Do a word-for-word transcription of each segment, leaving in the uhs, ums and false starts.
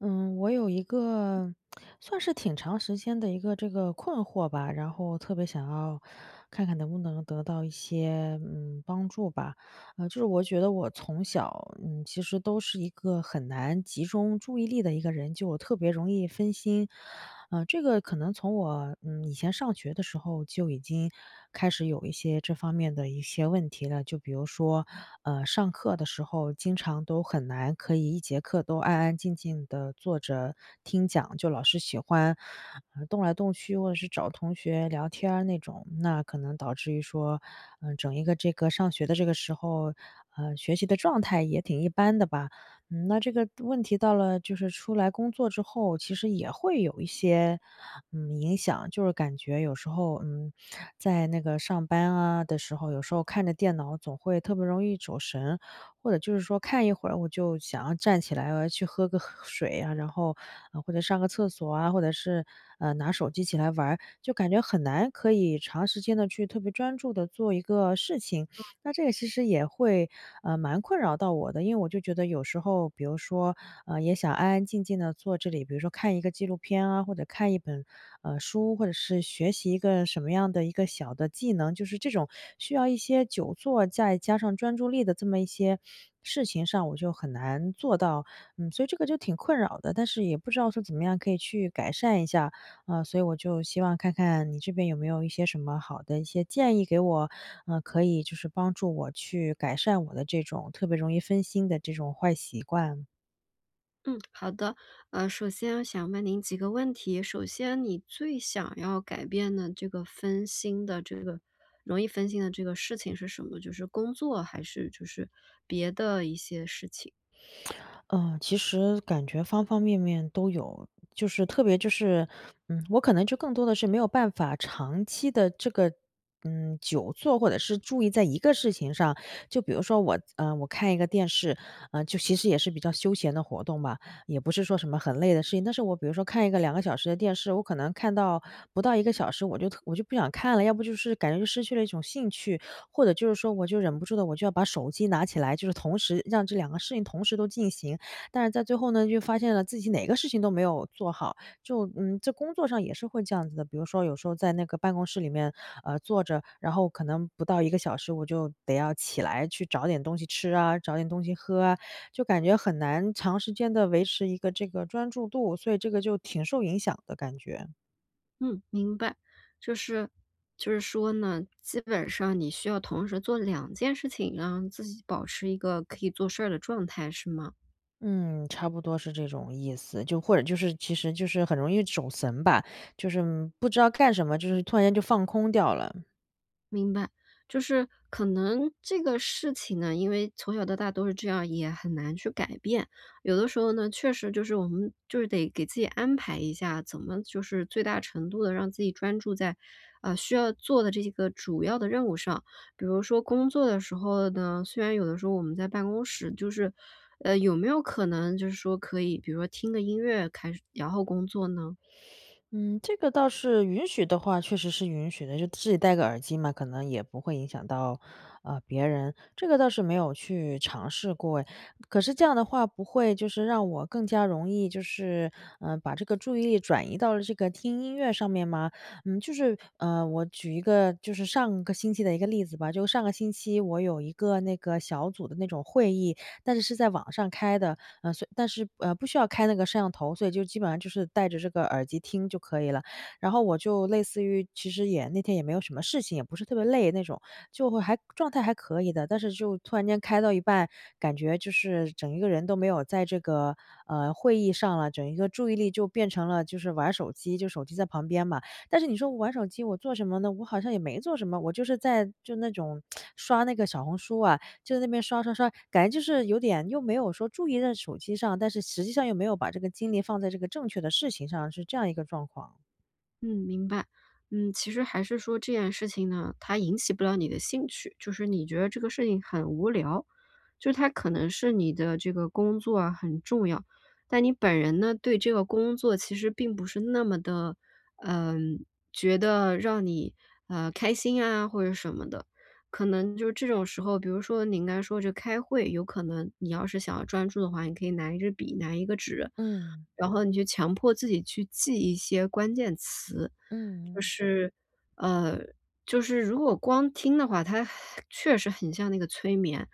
嗯，我有一个算是挺长时间的一个这个困惑吧，然后特别想要看看能不能得到一些嗯帮助吧。呃，就是我觉得我从小嗯其实都是一个很难集中注意力的一个人，就我特别容易分心。呃，这个可能从我嗯以前上学的时候就已经开始有一些这方面的一些问题了，就比如说呃上课的时候。时候，经常都很难可以一节课都安安静静的坐着听讲，就老是喜欢，呃动来动去，或者是找同学聊天儿那种。那可能导致于说，嗯，整一个这个上学的这个时候，呃，学习的状态也挺一般的吧。嗯，那这个问题到了就是出来工作之后，其实也会有一些，嗯，影响。就是感觉有时候，嗯，在那个上班啊的时候，有时候看着电脑总会特别容易走神，或者就是说看一会儿我就想要站起来，我要去喝个水啊，然后，呃，或者上个厕所啊，或者是，呃，拿手机起来玩儿就感觉很难可以长时间的去特别专注的做一个事情。那这个其实也会，呃，蛮困扰到我的，因为我就觉得有时候，比如说，呃，也想安安静静的坐这里，比如说看一个纪录片啊，或者看一本，呃，书，或者是学习一个什么样的一个小的技能，就是这种需要一些久坐再加上专注力的这么一些事情上，我就很难做到。嗯，所以这个就挺困扰的，但是也不知道说怎么样可以去改善一下。啊，所以我就希望看看你这边有没有一些什么好的一些建议给我，呃，可以就是帮助我去改善我的这种特别容易分心的这种坏习惯啊。嗯，好的。呃，首先想问您几个问题。首先，你最想要改变的这个分心的这个容易分心的这个事情是什么？就是工作还是就是别的一些事情？嗯，其实感觉方方面面都有，就是特别就是，嗯，我可能就更多的是没有办法长期的这个，嗯，久坐或者是注意在一个事情上。就比如说我，嗯，我看一个电视，呃，就其实也是比较休闲的活动吧，也不是说什么很累的事情。但是我比如说看一个两个小时的电视，我可能看到不到一个小时，我就特我就不想看了，要不就是感觉就失去了一种兴趣，或者就是说我就忍不住的我就要把手机拿起来，就是同时让这两个事情同时都进行。但是在最后呢，就发现了自己哪个事情都没有做好，就嗯，这工作上也是会这样子的。比如说有时候在那个办公室里面，呃，坐着，然后可能不到一个小时，我就得要起来去找点东西吃啊，找点东西喝啊，就感觉很难长时间的维持一个这个专注度，所以这个就挺受影响的感觉。嗯，明白。就是就是说呢，基本上你需要同时做两件事情，让自己保持一个可以做事儿的状态，是吗？嗯，差不多是这种意思，就或者就是其实就是很容易走神吧，就是不知道干什么，就是突然间就放空掉了。明白，就是可能这个事情呢，因为从小到大都是这样，也很难去改变。有的时候呢，确实就是我们就是得给自己安排一下，怎么就是最大程度的让自己专注在，呃，需要做的这个主要的任务上。比如说工作的时候呢，虽然有的时候我们在办公室，就是，呃，有没有可能就是说可以，比如说听个音乐开始，然后工作呢？嗯，这个倒是允许的话，确实是允许的，就自己戴个耳机嘛，可能也不会影响到，呃，别人。这个倒是没有去尝试过诶，可是这样的话，不会就是让我更加容易就是，嗯把这个注意力转移到了这个听音乐上面吗？嗯，就是，呃，我举一个就是上个星期的一个例子吧，就上个星期我有一个那个小组的那种会议，但是是在网上开的，呃，所以但是，呃，不需要开那个摄像头，所以就基本上就是戴着这个耳机听就可以了。然后我就类似于其实也那天也没有什么事情，也不是特别累那种，就会还状态还可以的。但是就突然间开到一半，感觉就是整一个人都没有在这个，呃，会议上了，整一个注意力就变成了就是玩手机，就手机在旁边嘛。但是你说我玩手机我做什么呢？我好像也没做什么，我就是在就那种刷那个小红书啊，就在那边刷刷刷，感觉就是有点又没有说注意在手机上，但是实际上又没有把这个精力放在这个正确的事情上，是这样一个状况。嗯，明白。嗯，其实还是说这件事情呢，它引起不了你的兴趣，就是你觉得这个事情很无聊，就是它可能是你的这个工作啊很重要，但你本人呢对这个工作其实并不是那么的，嗯、觉得让你呃开心啊或者什么的，可能就是这种时候，比如说你应该说这开会，有可能你要是想要专注的话，你可以拿一支笔，拿一个纸，嗯，然后你就强迫自己去记一些关键词，嗯就嗯。是，呃，就是如果光听的话，它确实很像那个催眠。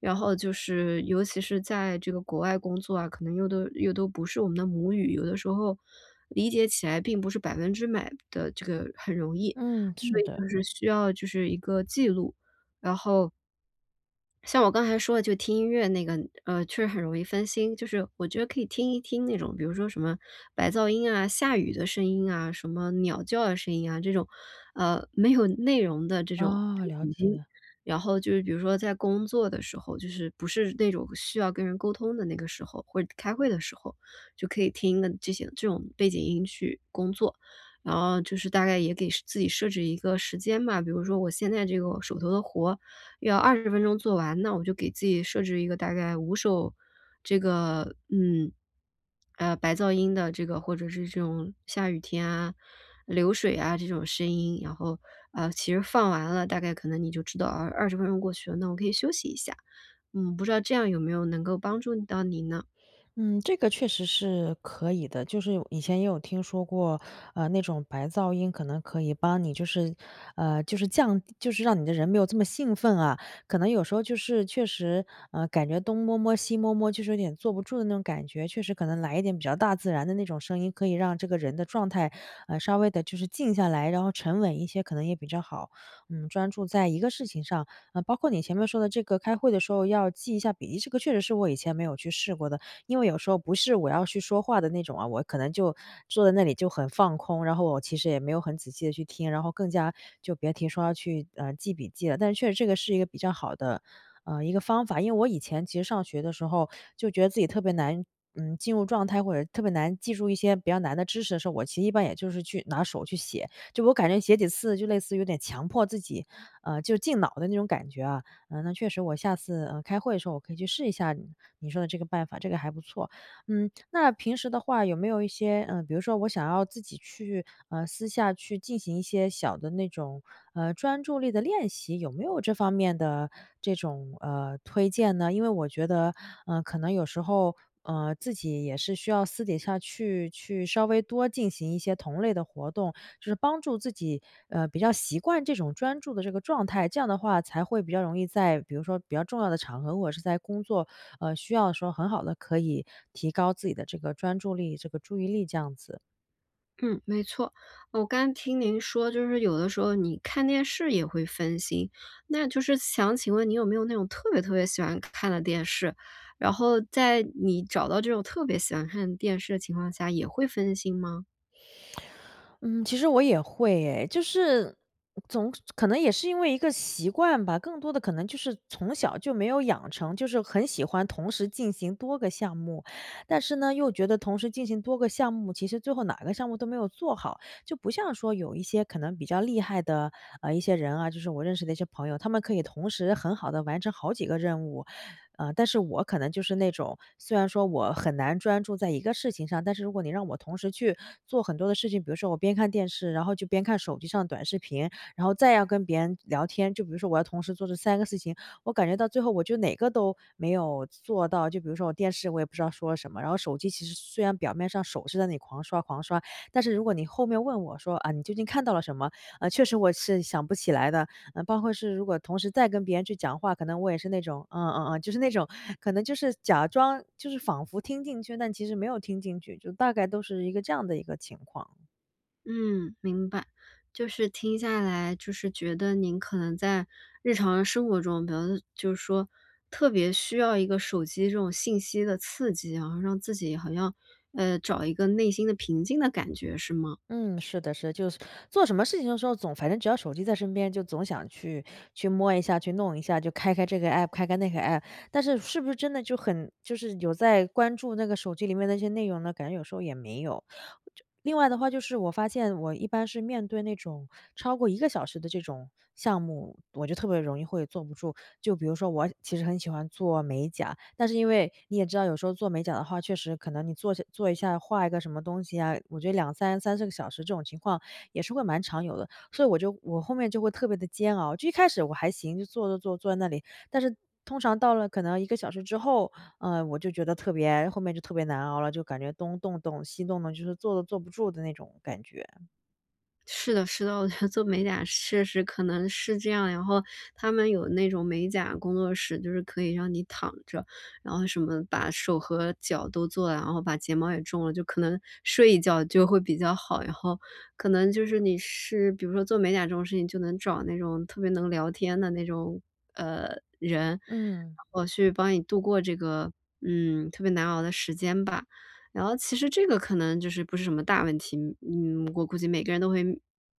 然后就是，尤其是在这个国外工作啊，可能又都又都不是我们的母语，有的时候理解起来并不是百分之百的这个很容易，嗯，所嗯是以的。就是需要就是一个记录，然后像我刚才说的，就听音乐那个，呃，确实很容易分心。就是我觉得可以听一听那种，比如说什么白噪音啊、下雨的声音啊、什么鸟叫的声音啊，这种，呃，没有内容的这种啊，背了景音。解。然后就是比如说在工作的时候，就是不是那种需要跟人沟通的那个时候，或者开会的时候，就可以听的这些这种背景音去工作。然后就是大概也给自己设置一个时间吧，比如说我现在这个手头的活，要二十分钟做完，那我就给自己设置一个大概五首这个，嗯，呃，白噪音的这个或者是这种下雨天啊、流水啊这种声音，然后，呃，其实放完了，大概可能你就知道，啊二十分钟过去了，那我可以休息一下。嗯，不知道这样有没有能够帮助到你呢？嗯，这个确实是可以的，就是以前也有听说过，呃，那种白噪音可能可以帮你就是，呃，就是降就是让你的人没有这么兴奋啊。可能有时候就是确实，呃，感觉东摸摸西摸摸，就是有点坐不住的那种感觉，确实可能来一点比较大自然的那种声音，可以让这个人的状态，呃，稍微的就是静下来，然后沉稳一些，可能也比较好。嗯，专注在一个事情上，呃，包括你前面说的这个开会的时候要记一下笔记，这个确实是我以前没有去试过的。因为有时候不是我要去说话的那种啊，我可能就坐在那里就很放空，然后我其实也没有很仔细的去听，然后更加就别提说要去，呃，记笔记了。但是确实这个是一个比较好的，呃，一个方法。因为我以前其实上学的时候，就觉得自己特别难，嗯，进入状态，或者特别难记住一些比较难的知识的时候，我其实一般也就是去拿手去写，就我感觉写几次就类似有点强迫自己，呃，就进脑的那种感觉啊。呃，那确实我下次，呃，开会的时候我可以去试一下你你说的这个办法，这个还不错。嗯，那平时的话有没有一些，嗯，呃比如说我想要自己去，呃，私下去进行一些小的那种，呃，专注力的练习，有没有这方面的这种，呃，推荐呢？因为我觉得嗯，呃，可能有时候，呃，自己也是需要私底下去去稍微多进行一些同类的活动，就是帮助自己，呃，比较习惯这种专注的这个状态，这样的话才会比较容易在比如说比较重要的场合，或者是在工作，呃，需要的时候，很好的可以提高自己的这个专注力、这个注意力这样子。嗯，没错。呃我刚听您说，就是有的时候你看电视也会分心，那就是想请问你有没有那种特别特别喜欢看的电视，然后在你找到这种特别喜欢看电视的情况下，也会分心吗？嗯，其实我也会诶，就是总可能也是因为一个习惯吧，更多的可能就是从小就没有养成，就是很喜欢同时进行多个项目，但是呢，又觉得同时进行多个项目，其实最后哪个项目都没有做好，就不像说有一些可能比较厉害的呃一些人啊，就是我认识的一些朋友，他们可以同时很好的完成好几个任务，呃，但是我可能就是那种，虽然说我很难专注在一个事情上，但是如果你让我同时去做很多的事情，比如说我边看电视，然后就边看手机上的短视频，然后再要跟别人聊天，就比如说我要同时做这三个事情，我感觉到最后我就哪个都没有做到。就比如说我电视我也不知道说什么，然后手机其实虽然表面上手是在那里狂刷狂刷，但是如果你后面问我说啊，你究竟看到了什么？呃，确实我是想不起来的。嗯，包括是如果同时再跟别人去讲话，可能我也是那种，嗯嗯嗯，就是那种可能就是假装就是仿佛听进去，但其实没有听进去，就大概都是一个这样的一个情况。嗯，明白。就是听下来，就是觉得您可能在日常的生活中，比如就是说特别需要一个手机这种信息的刺激，然后让自己好像呃找一个内心的平静的感觉，是吗？嗯，是的，是就是做什么事情的时候，总反正只要手机在身边，就总想去去摸一下，去弄一下，就开开这个 app,开开那个 app,但是是不是真的就很就是有在关注那个手机里面那些内容呢？感觉有时候也没有。就另外的话，就是我发现我一般是面对那种超过一个小时的这种项目，我就特别容易会坐不住。就比如说我其实很喜欢做美甲，但是因为你也知道有时候做美甲的话，确实可能你做下做一下画一个什么东西啊，我觉得两三三四个小时这种情况也是会蛮常有的。所以我就我后面就会特别的煎熬，就一开始我还行，就坐做坐坐在那里，但是通常到了可能一个小时之后，呃，我就觉得特别后面就特别难熬了，就感觉东动动西动动，就是坐都坐不住的那种感觉。是的，是的，我觉得做美甲确实可能是这样。然后他们有那种美甲工作室，就是可以让你躺着，然后什么把手和脚都做了，然后把睫毛也种了，就可能睡一觉就会比较好。然后可能就是你是比如说做美甲这种事情，就能找那种特别能聊天的那种呃人，然嗯，后去帮你度过这个嗯特别难熬的时间吧。然后其实这个可能就是不是什么大问题，嗯，我估计每个人都会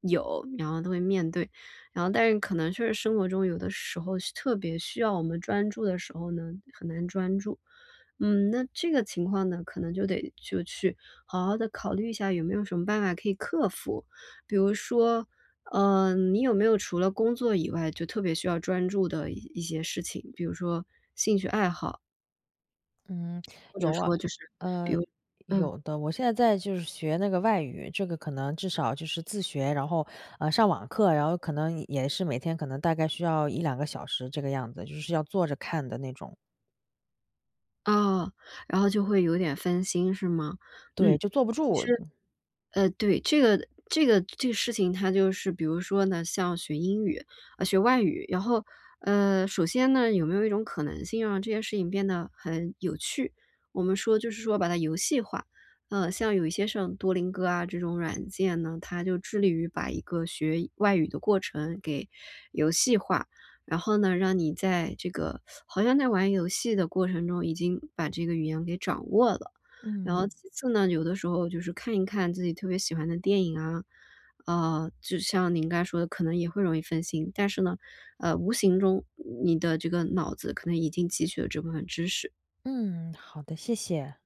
有，然后都会面对。然后但是可能确实生活中有的时候是特别需要我们专注的时候呢，很难专注。嗯，那这个情况呢，可能就得就去好好的考虑一下有没有什么办法可以克服。比如说，呃，你有没有除了工作以外，就特别需要专注的一一些事情，比如说兴趣爱好，嗯，或者有啊，说就是比呃，如嗯。有的。我现在在就是学那个外语，这个可能至少就是自学，然后，呃，上网课，然后可能也是每天可能大概需要一两个小时这个样子，就是要坐着看的那种。哦，然后就会有点分心是吗？对，嗯，就坐不其住。实呃，对，这个这个这个事情它就是比如说呢，像学英语，啊，学外语，然后，呃，首先呢，有没有一种可能性让这件事情变得很有趣？我们说就是说把它游戏化。呃，像有一些像多邻戈啊这种软件呢，它就致力于把一个学外语的过程给游戏化，然后呢，让你在这个好像在玩游戏的过程中已经把这个语言给掌握了。然后嗯，其次呢，有的时候就是看一看自己特别喜欢的电影啊，呃，就像您刚才说的，可能也会容易分心，但是呢，呃，无形中你的这个脑子可能已经汲取了这部分知识，嗯，好的，谢谢。